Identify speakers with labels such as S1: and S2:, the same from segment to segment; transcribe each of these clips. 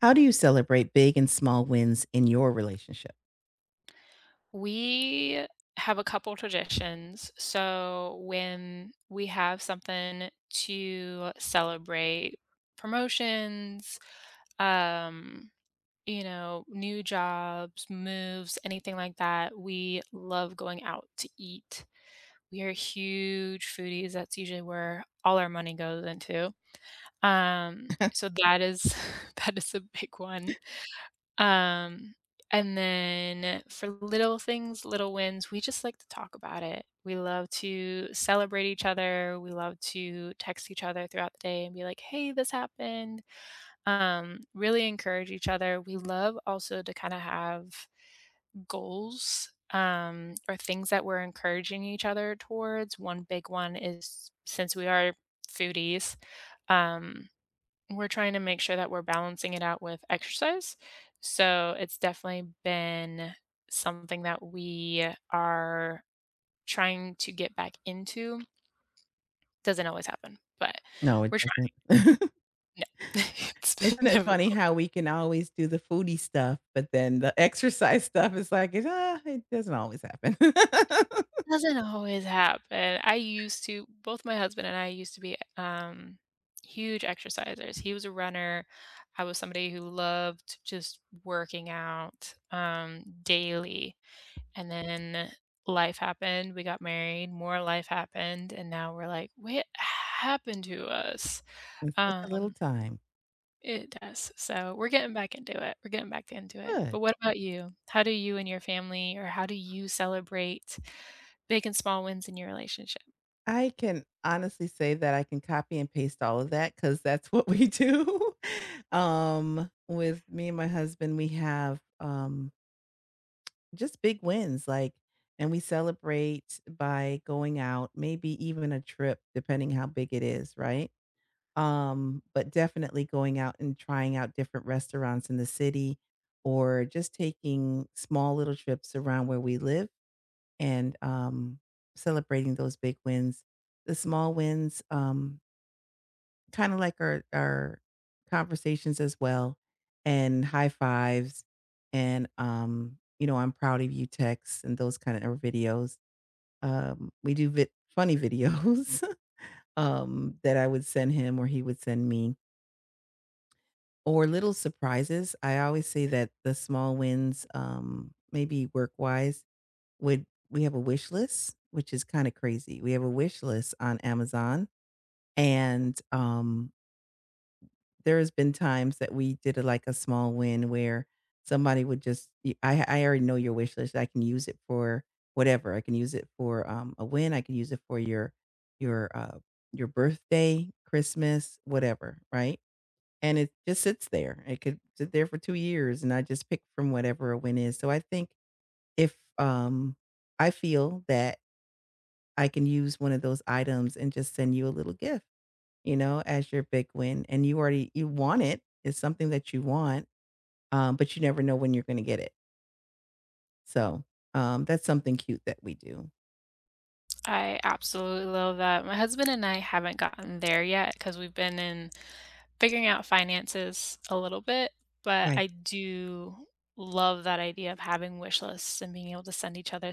S1: How do you celebrate big and small wins in your relationship?
S2: We have a couple traditions. So when we have something to celebrate promotions, um, you know, new jobs, moves, anything like that, we love going out to eat. We are huge foodies. That's usually where all our money goes into. Um, so that is that is a big one. Um, and then for little things, little wins, we just like to talk about it. We love to celebrate each other. We love to text each other throughout the day and be like, "Hey, this happened." Really encourage each other. We love also to kind of have goals, or things that we're encouraging each other towards. One big one is since we are foodies, um, we're trying to make sure that we're balancing it out with exercise. So it's definitely been something that we are trying to get back into. Doesn't always happen, but
S1: No, it
S2: we're
S1: doesn't.
S2: trying. No, it's
S1: Isn't
S2: been
S1: it funny
S2: difficult.
S1: how we can always do the foodie stuff, but then the exercise stuff is like, it, it doesn't always happen.
S2: Doesn't always happen. I used to, both my husband and I used to be huge exercisers. He was a runner. I was somebody who loved just working out daily. And then life happened, we got married, more life happened, and now we're like, "What happened to us?"
S1: In such a
S2: Um,
S1: little time.
S2: it does. So, we're getting back into it, we're getting back into it.
S1: Good.
S2: But what about you? How do you and your family or how do you celebrate big and small wins in your relationship?
S1: I can honestly say that I can copy and paste all of that because that's what we do. With me and my husband, we have just big wins, and we celebrate by going out, maybe even a trip depending how big it is, right? But definitely going out and trying out different restaurants in the city or just taking small little trips around where we live and celebrating those big wins. The small wins kinda like our conversations as well, and high fives, and, "I'm proud of you" texts and those kinda or videos. We do vid funny videos, that I would send him or he would send me, or little surprises. I always say that the small wins, maybe work-wise, would we have a wish list, which is kinda crazy. We have a wish list on Amazon, and, there has been times that we did a small win where somebody would just I already know your wish list. I can use it for whatever. I can use it for a win. I can use it for your uh, your birthday, Christmas, whatever, right? And it just sits there. It could sit there for 2 years, and I just pick from whatever a win is. So I think if I feel that I can use one of those items and just send you a little gift, as your big win, and you want it. It's something that you want, but you never know when you're gonna get it. So, that's something cute that we do.
S2: I absolutely love that. My husband and I haven't gotten there yet because we've been in figuring out finances a little bit, but
S1: Right.
S2: I do love that idea of having wish lists and being able to send each other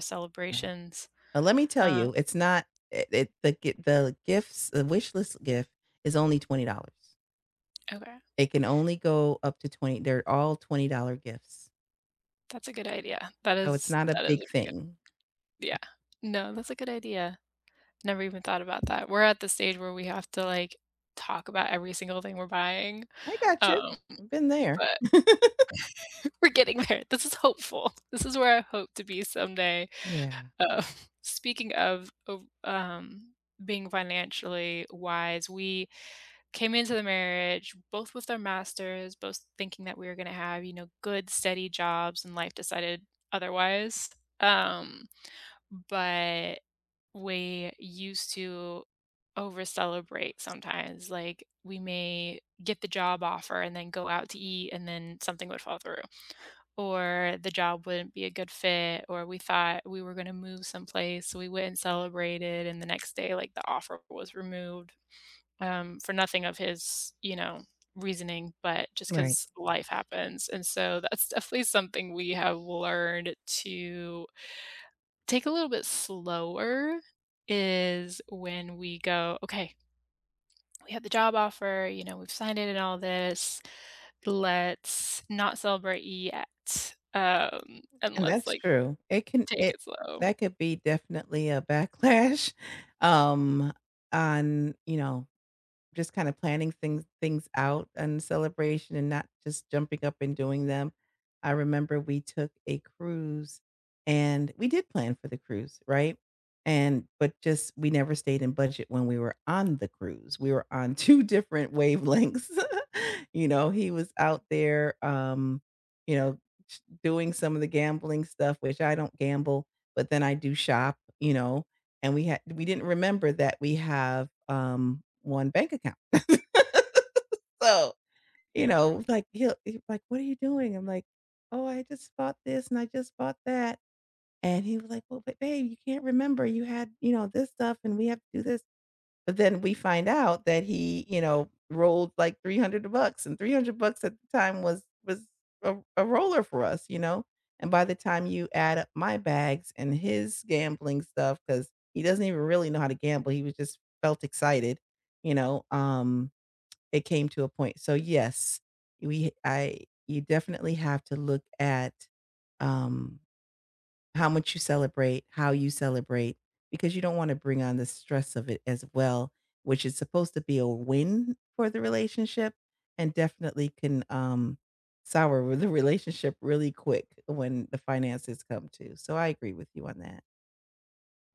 S1: Yeah.
S2: celebrations.
S1: Let me tell
S2: Um,
S1: you, it's not it, it the gi- the gifts, the wish list gift is only $20.
S2: okay,
S1: It can only go up to 20. They're all $20 gifts.
S2: that's a good idea. That
S1: So it's
S2: is
S1: not a big
S2: a very good.
S1: thing.
S2: Yeah, no, that's a good idea. Never even thought about that. We're at the stage where we have to like talk about every single thing we're buying,
S1: I got you.
S2: um,
S1: I've been there.
S2: but we're getting there. This is hopeful. This is where I hope to be someday.
S1: Yeah.
S2: Uh, speaking of being financially wise, we came into the marriage both with our masters, both thinking that we were gonna have, you know, good, steady jobs, and life decided otherwise. Um, but we used to over-celebrate sometimes, like, we may get the job offer and then go out to eat, and then something would fall through or the job wouldn't be a good fit, or we thought we were gonna move someplace, so we went and celebrated, and the next day, like, the offer was removed, for nothing of his, you know, reasoning, but just
S1: Right.
S2: because life happens, and so that's definitely something we have learned to take a little bit slower, is when we go, "Okay, we have the job offer, you know, we've signed it and all this. Let's not celebrate yet, and
S1: And
S2: let's,
S1: that's
S2: like"
S1: true. It can
S2: Take
S1: it
S2: it slow.
S1: that could be definitely a backlash, um, on, you know, just kinda planning things out and celebration and not just jumping up and doing them. I remember we took a cruise, and we did plan for the cruise, right? And but just we never stayed in budget when we were on the cruise. We were on 2 different wavelengths. You know, he was out there, you know, ch doing some of the gambling stuff, which I don't gamble, but then I do shop, you know? And we didn't remember that we have, 1 bank account. So, you know, like, he'll like, "What are you doing?" I'm like, "Oh, I just bought this and I just bought that." And he was like, "Well, but babe, you can't remember. You had, this stuff and we have to do this." But then we find out that he, rolled like 300 bucks, and 300 bucks at the time was a roller for us, you know? And by the time you add up my bags and his gambling stuff, because he doesn't even really know how to gamble, he was just felt excited, you know, um, it came to a point. So, yes, we I you definitely have to look at, um how much you celebrate, how you celebrate, because you don't wanna bring on the stress of it as well, which is supposed to be a win for the relationship and definitely can, sour with the relationship really quick when the finances come too. So I agree with you on that.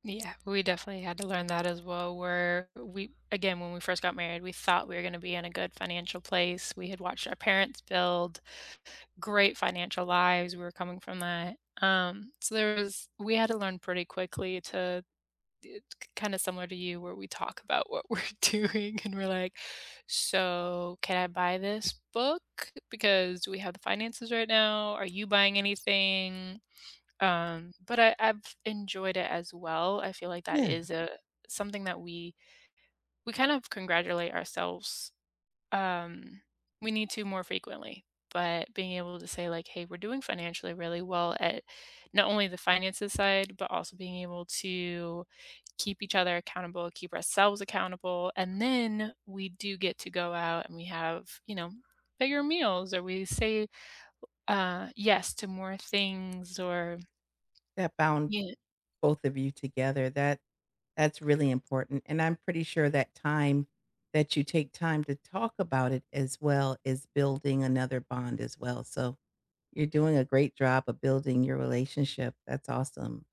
S2: Yeah, we definitely had to learn that as well, where we again, when we first got married, we thought we were gonna be in a good financial place. We had watched our parents build great financial lives, we were coming from that. So there was we had to learn pretty quickly to kinda similar to you where we talk about what we're doing and we're like, "So, can I buy this book because do we have the finances right now? Are you buying anything? But I've enjoyed it as well. I feel like that
S1: Yeah,
S2: is a something that we kind of congratulate ourselves. Um, we need to more frequently, but being able to say like, "Hey, we're doing financially really well at not only the finances side, but also being able to keep each other accountable, keep ourselves accountable, and then we do get to go out and we have, you know, bigger meals or we say yes to more things or"
S1: that bound both of you together, that's really important, and I'm pretty sure that time that you take time to talk about it as well is building another bond as well, so you're doing a great job of building your relationship. That's awesome.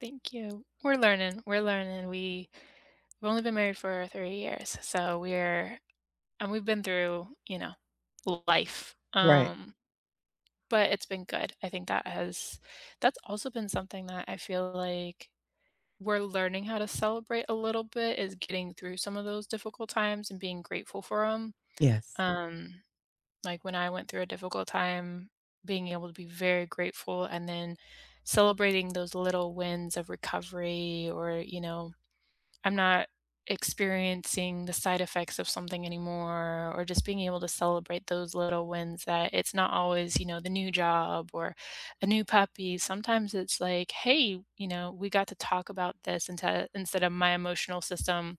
S2: Thank you. We're learning. We're learning. We've only been married for 3 years, so we're and we've been through, you know, life.
S1: Right.
S2: But it's been good. I think that has that's also been something that I feel like we're learning how to celebrate a little bit is getting through some of those difficult times and being grateful for 'em.
S1: Yes.
S2: Um, like, when I went through a difficult time, being able to be very grateful and then celebrating those little wins of recovery or, you know, I'm not experiencing the side effects of something anymore or just being able to celebrate those little wins that it's not always, you know, the new job or a new puppy. Sometimes it's like, hey, you know, we got to talk about this into, instead of my emotional system,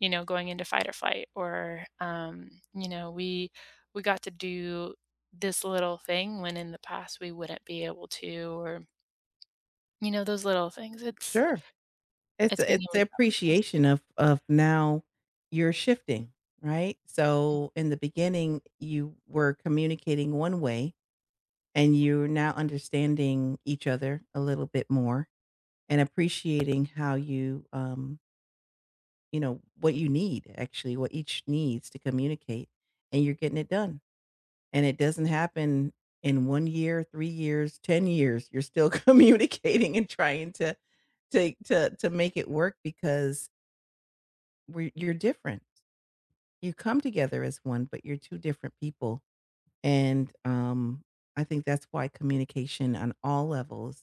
S2: you know, going into fight or flight or you know, we got to do this little thing when in the past we wouldn't be able to or you know, those little things. It's
S1: Sure. It's
S2: it's being
S1: it's
S2: able
S1: the
S2: to celebrate those.
S1: appreciation of now you're shifting, right? So in the beginning, you were communicating one way and you're now understanding each other a little bit more and appreciating how you you know what you need, actually what each needs to communicate, and you're getting it done. And it doesn't happen in 1 year, 3 years, 10 years. You're still communicating and trying to make it work because we you're different. You come together as one, but you're 2 different people. And, I think that's why communication on all levels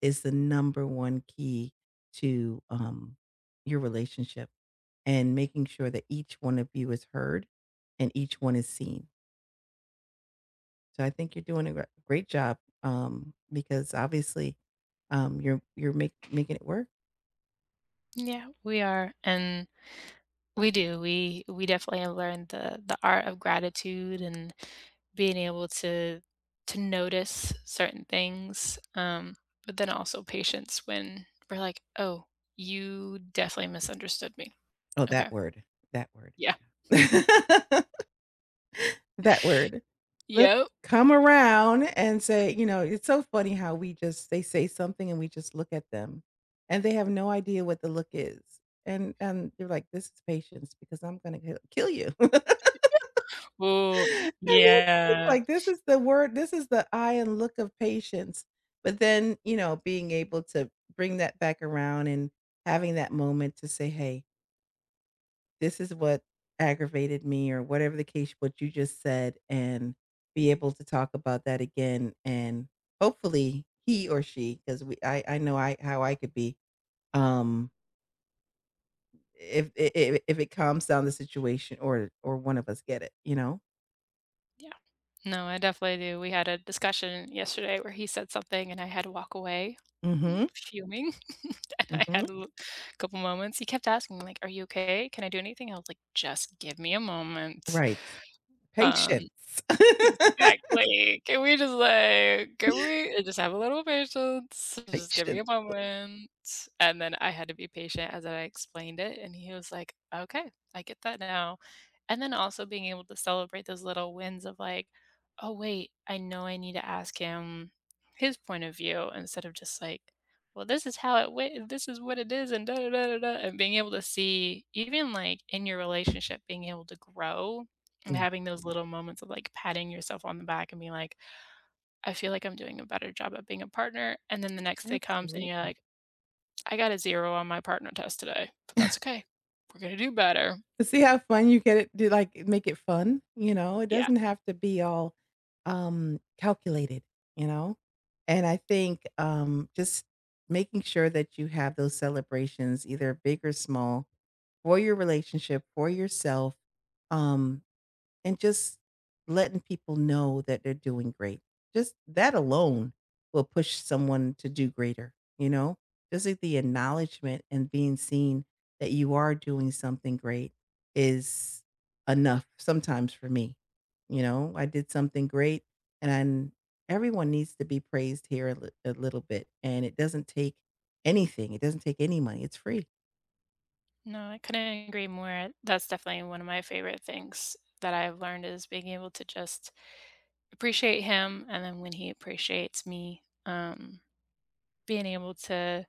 S1: is the number 1 key to, your relationship, and making sure that each one of you is heard and each one is seen. So I think you're doing a great job, because obviously, you're making it work.
S2: Yeah, we are, and we do. We definitely have learned the art of gratitude and being able to notice certain things, but then also patience when we're like, "Oh, you definitely misunderstood me."
S1: Oh, that
S2: Okay.
S1: word, that word.
S2: Yeah.
S1: That word. Let's
S2: Yep.
S1: come around and say, you know, it's so funny how we just they say something and we just look at them, and they have no idea what the look is. And they're like, "This is patience because I'm gonna kill you."
S2: Ooh,
S1: And then it's
S2: yeah.
S1: like, this is the word, this is the eye and look of patience. But then, you know, being able to bring that back around and having that moment to say, "Hey, this is what aggravated me, or whatever the case, what you just said," and be able to talk about that again and, hopefully, he or she, because I know I how I could be, um if if it calms down the situation, or one of us get it, you know.
S2: Yeah. No, I definitely do. We had a discussion yesterday where he said something and I had to walk away,
S1: Mhm.
S2: fuming. And I
S1: Mhm.
S2: had couple moments. He kept asking, like, "Are you okay? Can I do anything?" I was like, "Just give me a moment."
S1: Right.
S2: Um,
S1: Patience.
S2: Exactly. Can we just, can we just have a little patience? Just give me
S1: Patience.
S2: a moment. And then I had to be patient as I explained it, and he was like, "Okay, I get that now." And then also being able to celebrate those little wins of, like, "Oh, wait, I know I need to ask him his point of view," instead of just like, "Well, this is how it went, this is what it is, and da da da da da," and being able to see even, like, in your relationship, being able to grow and
S1: Yeah.
S2: having those little moments of, like, patting yourself on the back and being like, "I feel like I'm doing a better job at being a partner," and then the next day comes and you're
S1: Absolutely.
S2: like, "I got a 0 on my partner test today, but that's okay. We're gonna do better."
S1: But see how fun you get it do, like, make it fun, you know? It
S2: Yeah.
S1: doesn't have to be all, calculated, you know? And I think, just making sure that you have those celebrations, either big or small, for your relationship, for yourself, um and just letting people know that they're doing great. Just that alone will push someone to do greater, you know? Just like the acknowledgement and being seen that you are doing something great is enough sometimes for me. You know, I did something great, and everyone needs to be praised here a little bit. And it doesn't take anything. It doesn't take any money. It's free.
S2: No, I couldn't agree more. That's definitely one of my favorite things that I've learned is being able to just appreciate him, and then when he appreciates me, being able to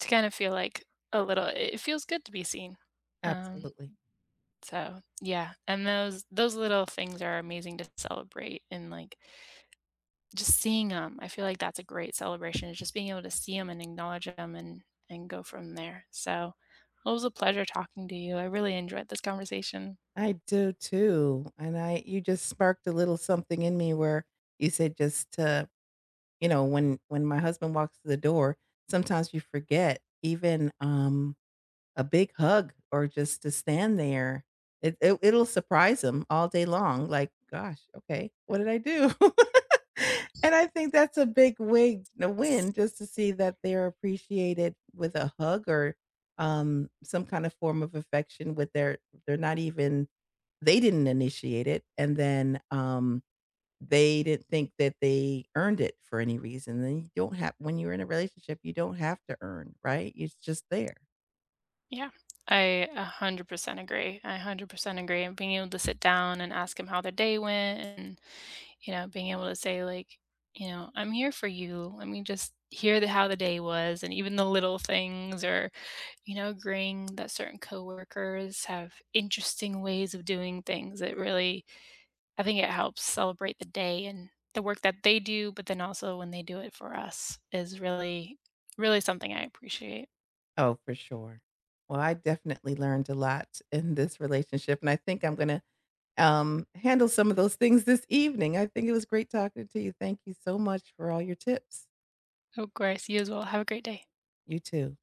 S2: kind of feel like a little it feels good to be seen. Um
S1: Absolutely.
S2: So, yeah, and those little things are amazing to celebrate and, like, just seeing them, I feel like that's a great celebration is just being able to see them and acknowledge them, and go from there. So, well, it was a pleasure talking to you. I really enjoyed this conversation.
S1: I do too, and I you just sparked a little something in me where you said just to, when my husband walks to the door, sometimes you forget even, a big hug or just to stand there. It'll surprise them all day long, like, "Gosh, okay, what did I do?" And I think that's a big wig a win, just to see that they're appreciated with a hug or, some kind of form of affection, with their they're not even they didn't initiate it, and then, they didn't think that they earned it for any reason. Then you don't have, when you're in a relationship, you don't have to earn, right? It's just there.
S2: Yeah, I 100% agree. I 100% agree, and being able to sit down and ask them how their day went and, you know, being able to say, like, you know, "I'm here for you. Let me just hear the how the day was," and even the little things or you know, agreeing that certain coworkers have interesting ways of doing things. It really, I think it helps celebrate the day and the work that they do, but then also when they do it for us is really, really something I appreciate.
S1: Oh, for sure. Well, I definitely learned a lot in this relationship, and I think I'm gonna, handle some of those things this evening. I think it was great talking to you. Thank you so much for all your tips.
S2: Of course, you as well. Have a great day.
S1: You too.